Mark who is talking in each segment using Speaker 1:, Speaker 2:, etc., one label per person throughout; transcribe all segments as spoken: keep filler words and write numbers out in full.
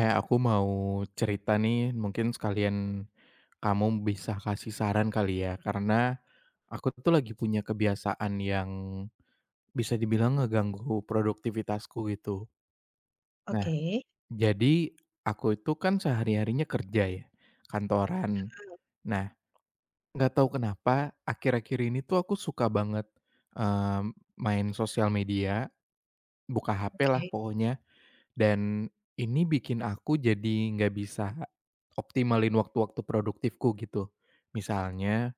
Speaker 1: Eh, aku mau cerita nih, mungkin sekalian kamu bisa kasih saran kali ya, karena aku tuh lagi punya kebiasaan yang bisa dibilang ngeganggu produktivitasku gitu. Nah,
Speaker 2: Oke.
Speaker 1: jadi aku itu kan sehari-harinya kerja ya, kantoran.
Speaker 2: Ah,
Speaker 1: Nah, nggak tahu kenapa akhir-akhir ini tuh aku suka banget em, main sosial media, buka ha pe lah
Speaker 2: oke
Speaker 1: pokoknya. Dan ini bikin aku jadi nggak bisa optimalin waktu-waktu produktifku gitu. Misalnya,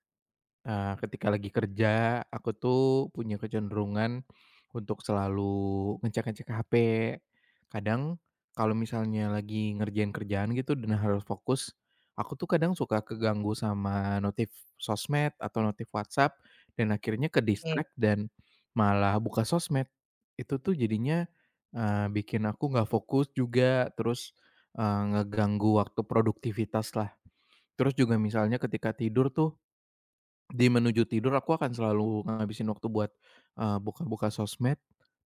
Speaker 1: Eee, ketika lagi kerja, aku tuh punya kecenderungan untuk selalu ngecek-ngecek ha pe. Kadang kalau misalnya lagi ngerjain kerjaan gitu dan harus fokus, aku tuh kadang suka keganggu sama notif sosmed atau notif WhatsApp dan akhirnya
Speaker 2: oke.
Speaker 1: ke-distract dan malah buka sosmed. Itu tuh jadinya, eee, bikin aku nggak fokus juga, terus, eee, ngeganggu waktu produktivitas lah. Terus juga misalnya ketika tidur tuh di menuju tidur aku akan selalu ngabisin waktu buat, eee, buka-buka sosmed,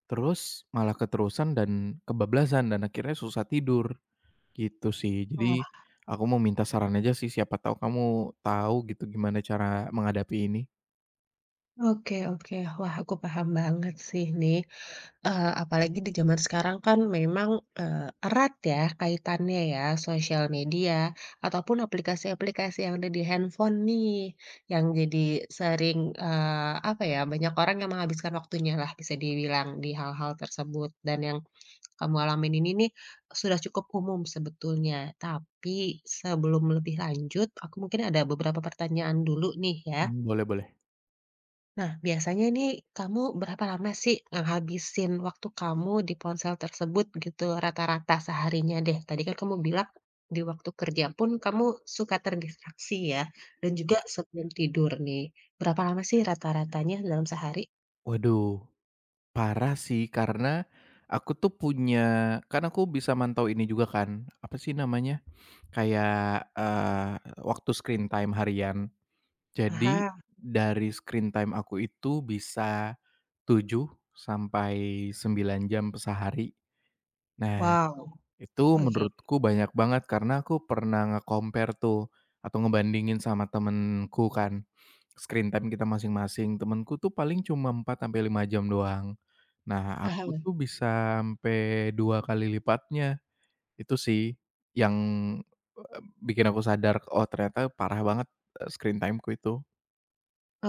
Speaker 1: terus malah keterusan dan kebablasan dan akhirnya susah tidur, gitu sih. Jadi, aku mau minta saran aja sih, siapa tahu kamu tahu gitu gimana cara menghadapi ini?
Speaker 2: Oke oke. Wah, aku paham banget sih nih, eee, apalagi di zaman sekarang kan memang, eee, erat ya kaitannya ya, sosial media ataupun aplikasi-aplikasi yang ada di handphone nih, yang jadi sering, eee, apa ya, banyak orang yang menghabiskan waktunya lah bisa dibilang di hal-hal tersebut. Dan yang kamu alamin ini nih sudah cukup umum sebetulnya. Tapi sebelum lebih lanjut, aku mungkin ada beberapa pertanyaan dulu nih ya.
Speaker 1: Mmm, boleh boleh.
Speaker 2: Nah, biasanya ini kamu berapa lama sih ngehabisin waktu kamu di ponsel tersebut gitu rata-rata seharinya deh? Tadi kan kamu bilang di waktu kerja pun kamu suka terdistraksi ya, dan juga
Speaker 1: Ya.
Speaker 2: sebelum tidur nih. Berapa lama sih rata-ratanya dalam sehari?
Speaker 1: Waduh, parah sih karena aku tuh punya, kan aku bisa mantau ini juga kan, apa sih namanya, kayak, eee, waktu screen time harian. Jadi,
Speaker 2: Aha,
Speaker 1: dari screen time aku itu bisa tujuh sampai sembilan jam sehari. Nah,
Speaker 2: wow,
Speaker 1: itu
Speaker 2: oke.
Speaker 1: menurutku banyak banget karena aku pernah nge-compare tuh atau ngebandingin sama temenku kan, screen time kita masing-masing. Temenku tuh paling cuma empat sampai lima jam doang. Nah,
Speaker 2: Aha.
Speaker 1: aku tuh bisa sampai dua kali lipatnya. Itu sih yang, eee, bikin aku sadar, "Oh ternyata parah banget, eee, screen timeku itu."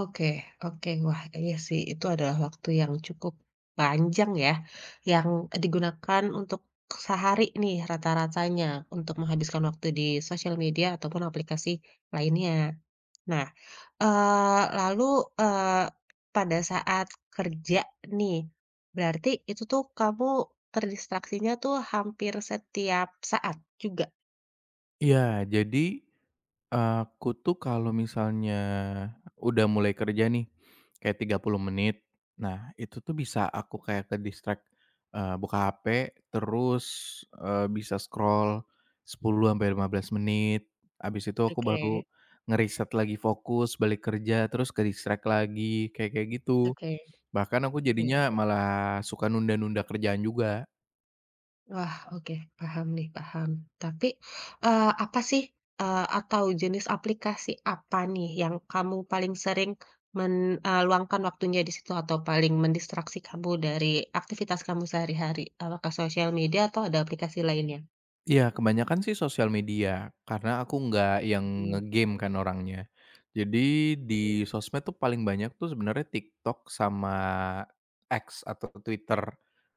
Speaker 2: Oke oke. Wah, iya sih, itu adalah waktu yang cukup panjang ya, yang digunakan untuk sehari nih rata-ratanya untuk menghabiskan waktu di sosial media ataupun aplikasi lainnya. Nah, eee, lalu, eee, pada saat kerja nih, berarti itu tuh kamu terdistraksinya tuh hampir setiap saat juga?
Speaker 1: Iya, jadi Aku tuh kalau misalnya udah mulai kerja nih, kayak tiga puluh menit. Nah, itu tuh bisa aku kayak ke-distract, eee, buka ha pe, terus, eee, bisa scroll sepuluh sampai lima belas menit, habis itu aku baru ngeriset lagi fokus, balik kerja, terus ke-distract lagi, kayak kayak gitu.
Speaker 2: Oke
Speaker 1: Bahkan aku
Speaker 2: oke
Speaker 1: jadinya
Speaker 2: oke.
Speaker 1: malah suka nunda-nunda kerjaan juga.
Speaker 2: Wah, oke, paham nih, paham. Tapi, eee, apa sih, eee, atau jenis aplikasi apa nih yang kamu paling sering meluangkan waktunya di situ atau paling mendistraksi kamu dari aktivitas kamu sehari-hari? Apakah sosial media atau ada aplikasi lainnya?
Speaker 1: Iya, kebanyakan sih sosial media, karena aku nggak yang
Speaker 2: Mmm,
Speaker 1: nge-game kan orangnya. Jadi di sosmed tuh paling banyak tuh sebenarnya TikTok sama X atau Twitter.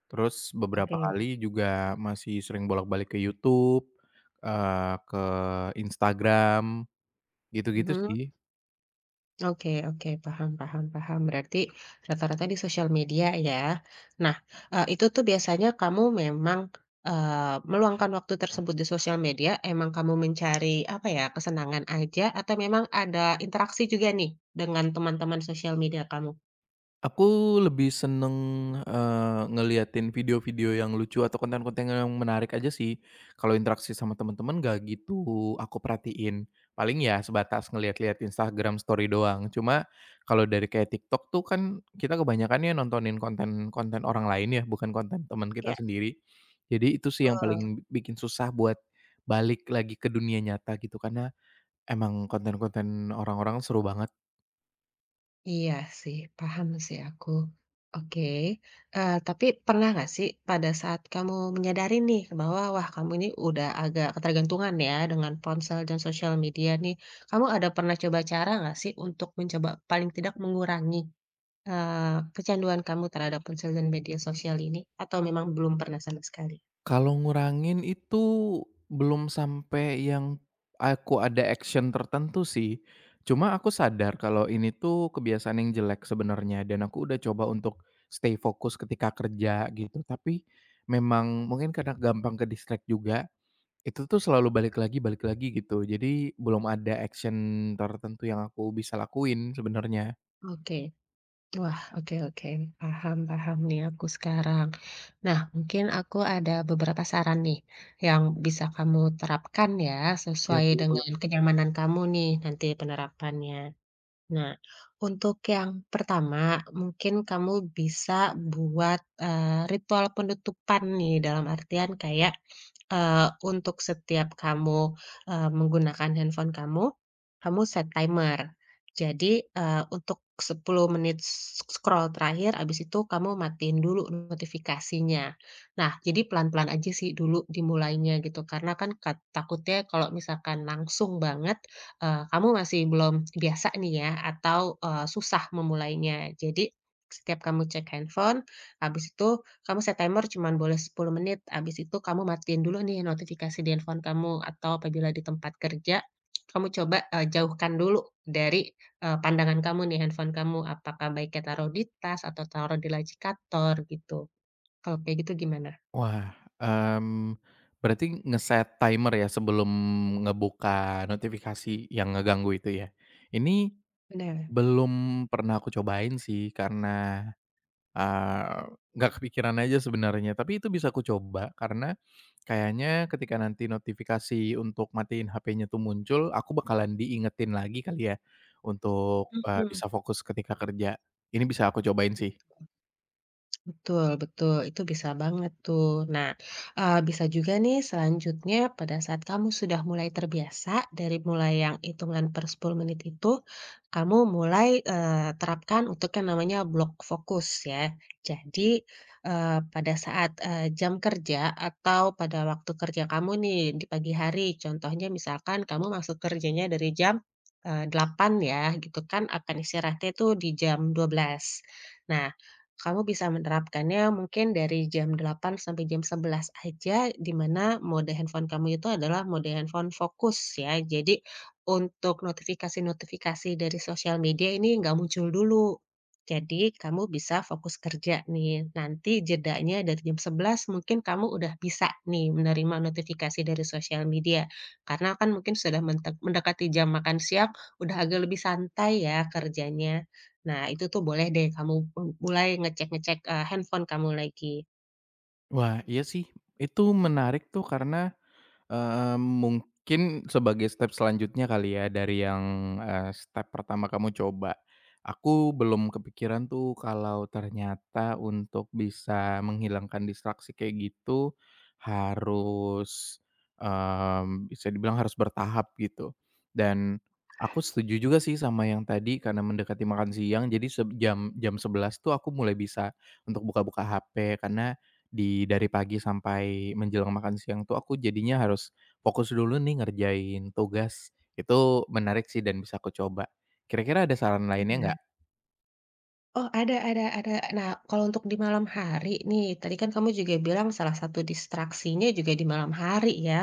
Speaker 1: Terus beberapa
Speaker 2: oke.
Speaker 1: kali juga masih sering bolak-balik ke YouTube, eee, ke Instagram, gitu-gitu
Speaker 2: Mhm.
Speaker 1: sih.
Speaker 2: Oke oke, paham paham paham. Berarti rata-rata di sosial media ya. Nah, eee, itu tuh biasanya kamu memang, eee, meluangkan waktu tersebut di sosial media, emang kamu mencari, apa ya, kesenangan aja atau memang ada interaksi juga nih dengan teman-teman sosial media kamu?
Speaker 1: Aku lebih seneng, eee, ngeliatin video-video yang lucu atau konten-konten yang menarik aja sih. Kalau interaksi sama teman-teman gak gitu aku perhatiin. Paling ya sebatas ngeliat-liat Instagram story doang. Cuma kalau dari kayak TikTok tuh kan kita kebanyakannya nontonin konten-konten orang lain ya, bukan konten teman
Speaker 2: Ya.
Speaker 1: kita sendiri. Jadi itu sih yang
Speaker 2: Betul.
Speaker 1: paling bikin susah buat balik lagi ke dunia nyata gitu, karena emang konten-konten orang-orang seru banget.
Speaker 2: Iya sih, paham sih aku. Oke, eee, tapi pernah nggak sih pada saat kamu menyadari nih bahwa, wah kamu ini udah agak ketergantungan ya dengan ponsel dan sosial media nih, kamu ada pernah coba cara nggak sih untuk mencoba paling tidak mengurangi, eee, kecanduan kamu terhadap ponsel dan media sosial ini? Atau memang belum pernah sama sekali?
Speaker 1: Kalau ngurangin itu belum sampai yang aku ada action tertentu sih. Cuma aku sadar kalau ini tuh kebiasaan yang jelek sebenarnya dan aku udah coba untuk stay fokus ketika kerja gitu, tapi memang mungkin karena gampang ke-distract juga, itu tuh selalu balik lagi balik lagi gitu. Jadi belum ada action tertentu yang aku bisa lakuin sebenarnya.
Speaker 2: Oke. Wah, oke oke. Paham paham nih aku sekarang. Nah, mungkin aku ada beberapa saran nih yang bisa kamu terapkan ya,
Speaker 1: Iya,
Speaker 2: sesuai
Speaker 1: boleh boleh.
Speaker 2: dengan kenyamanan kamu nih nanti penerapannya. Nah, untuk yang pertama, mungkin kamu bisa buat, eee, ritual penutupan nih, dalam artian kayak Eee, untuk setiap kamu, eee, menggunakan handphone kamu, kamu set timer. Jadi, eee, untuk sepuluh menit scroll terakhir, abis itu kamu matiin dulu notifikasinya. Nah, jadi pelan-pelan aja sih dulu dimulainya gitu, karena kan kat takutnya kalau misalkan langsung banget, eee, kamu masih belum biasa nih ya atau, eee, susah memulainya. Jadi, setiap kamu cek handphone, habis itu kamu set timer cuman boleh sepuluh menit, habis itu kamu matiin dulu nih notifikasi di handphone kamu atau apabila di tempat kerja, kamu coba, eee, jauhkan dulu dari, eee, pandangan kamu nih handphone kamu, apakah baiknya taruh di tas atau taruh di laci kantor gitu. Kalau kayak gitu gimana?
Speaker 1: Wah, mmm, berarti ngeset timer ya sebelum ngebuka notifikasi yang ngeganggu itu ya? Ini
Speaker 2: Bener.
Speaker 1: belum pernah aku cobain sih karena, eee, nggak kepikiran aja sebenarnya, tapi itu bisa aku coba karena kayaknya ketika nanti notifikasi untuk matiin ha pe-nya tuh muncul, aku bakalan diingetin lagi kali ya untuk, eee,
Speaker 2: Mhm.
Speaker 1: bisa fokus ketika kerja. Ini bisa aku cobain sih.
Speaker 2: Betul betul, itu bisa banget tuh. Nah, eee, bisa juga nih selanjutnya pada saat kamu sudah mulai terbiasa, dari mulai yang hitungan per sepuluh menit itu, kamu mulai, eee, terapkan untuk yang namanya block fokus ya. Jadi, eee, pada saat, eee, jam kerja atau pada waktu kerja kamu nih di pagi hari, contohnya misalkan kamu masuk kerjanya dari jam, eee, delapan ya gitu kan, akan istirahatnya itu di jam dua belas. Nah, kamu bisa menerapkannya mungkin dari jam delapan sampai jam sebelas aja, di mana mode handphone kamu itu adalah mode handphone fokus ya. Jadi, untuk notifikasi-notifikasi dari sosial media ini nggak muncul dulu. Jadi, kamu bisa fokus kerja nih. Nanti jedanya dari jam sebelas mungkin kamu udah bisa nih menerima notifikasi dari sosial media. Karena kan mungkin sudah mentek mendekati jam makan siang, udah agak lebih santai ya kerjanya. Nah, itu tuh boleh deh kamu mulai ngecek-ngecek, eee, handphone kamu lagi.
Speaker 1: Wah, iya sih, itu menarik tuh karena, Eee, mungkin sebagai step selanjutnya kali ya dari yang, eee, step pertama kamu coba. Aku belum kepikiran tuh kalau ternyata untuk bisa menghilangkan distraksi kayak gitu harus, mmm, bisa dibilang harus bertahap gitu. Dan aku setuju juga sih sama yang tadi karena mendekati makan siang, jadi seb jam jam sebelas tuh aku mulai bisa untuk buka-buka ha pe karena di dari pagi sampai menjelang makan siang tuh aku jadinya harus fokus dulu nih ngerjain tugas. Itu menarik sih dan bisa aku coba. Kira-kira ada saran lainnya nggak?
Speaker 2: Oh, ada ada ada. Nah, kalau untuk di malam hari nih, tadi kan kamu juga bilang salah satu distraksinya juga di malam hari ya,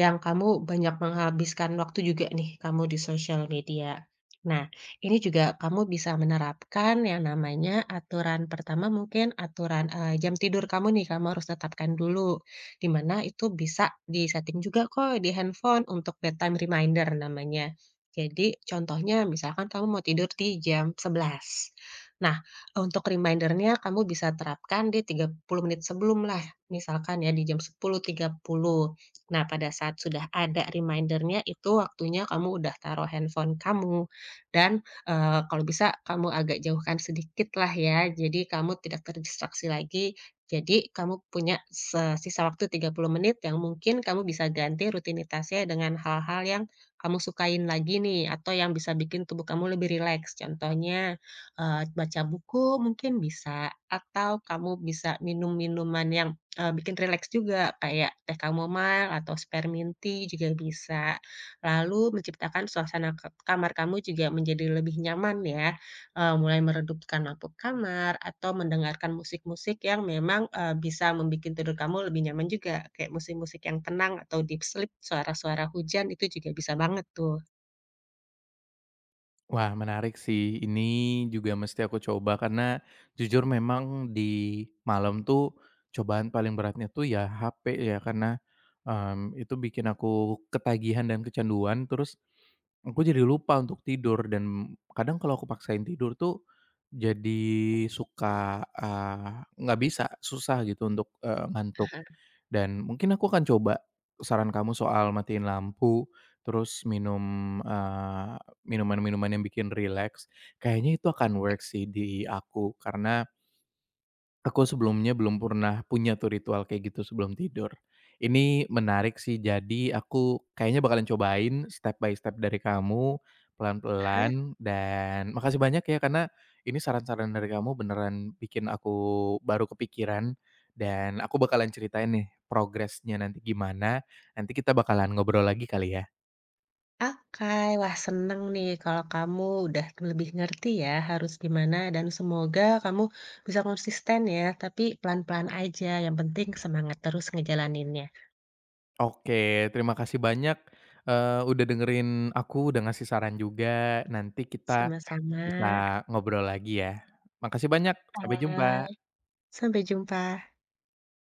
Speaker 2: yang kamu banyak menghabiskan waktu juga nih kamu di sosial media. Nah, ini juga kamu bisa menerapkan yang namanya aturan pertama mungkin aturan eh, jam tidur kamu nih, kamu harus tetapkan dulu. Di mana itu bisa disetting juga kok di handphone untuk bedtime reminder namanya. Jadi contohnya misalkan kamu mau tidur di jam sebelas. Nah, untuk reminder-nya kamu bisa terapkan di tiga puluh menit sebelum lah misalkan ya di jam sepuluh tiga puluh. Nah, pada saat sudah ada reminder-nya itu waktunya kamu udah taruh handphone kamu dan, eee, kalau bisa kamu agak jauhkan sedikit lah ya, jadi kamu tidak terdistraksi lagi. Jadi kamu punya se sisa waktu tiga puluh menit yang mungkin kamu bisa ganti rutinitasnya dengan hal-hal yang kamu sukain lagi nih atau yang bisa bikin tubuh kamu lebih rileks. Contohnya eee, baca buku mungkin bisa, atau kamu bisa minum minuman yang, eee, bikin rileks juga kayak teh chamomile atau spearmint tea juga bisa. Lalu menciptakan suasana ke kamar kamu juga menjadi lebih nyaman ya, eee, mulai meredupkan lampu kamar atau mendengarkan musik-musik yang memang, eee, bisa membuat tidur kamu lebih nyaman juga, kayak musik-musik yang tenang atau deep sleep, suara-suara hujan itu juga bisa banget tuh.
Speaker 1: Wah, menarik sih, ini juga mesti aku coba karena jujur memang di malam tuh cobaan paling beratnya tuh ya ha pe ya, karena, mmm, itu bikin aku ketagihan dan kecanduan terus. Aku jadi lupa untuk tidur dan kadang kalau aku paksain tidur tuh jadi suka, eee, nggak bisa, susah gitu untuk, eee, ngantuk. Dan mungkin aku akan coba saran kamu soal matiin lampu, terus minum, eee, minuman-minuman yang bikin relax, kayaknya itu akan work sih di aku karena aku sebelumnya belum pernah punya tuh ritual kayak gitu sebelum tidur. Ini menarik sih, jadi aku kayaknya bakalan cobain step by step dari kamu, pelan-pelan, dan makasih banyak ya karena ini saran-saran dari kamu beneran bikin aku baru kepikiran, dan aku bakalan ceritain nih progresnya nanti gimana, nanti kita bakalan ngobrol lagi kali ya?
Speaker 2: Okai. Wah, seneng nih kalau kamu udah lebih ngerti ya harus gimana dan semoga kamu bisa konsisten ya, tapi pelan-pelan aja, yang penting semangat terus ngejalaninnya.
Speaker 1: Oke, terima kasih banyak, eee, udah dengerin aku, udah ngasih saran juga, nanti kita
Speaker 2: Sama-sama.
Speaker 1: bisa ngobrol lagi ya. Makasih banyak, sampai
Speaker 2: Bye.
Speaker 1: jumpa.
Speaker 2: Sampai jumpa.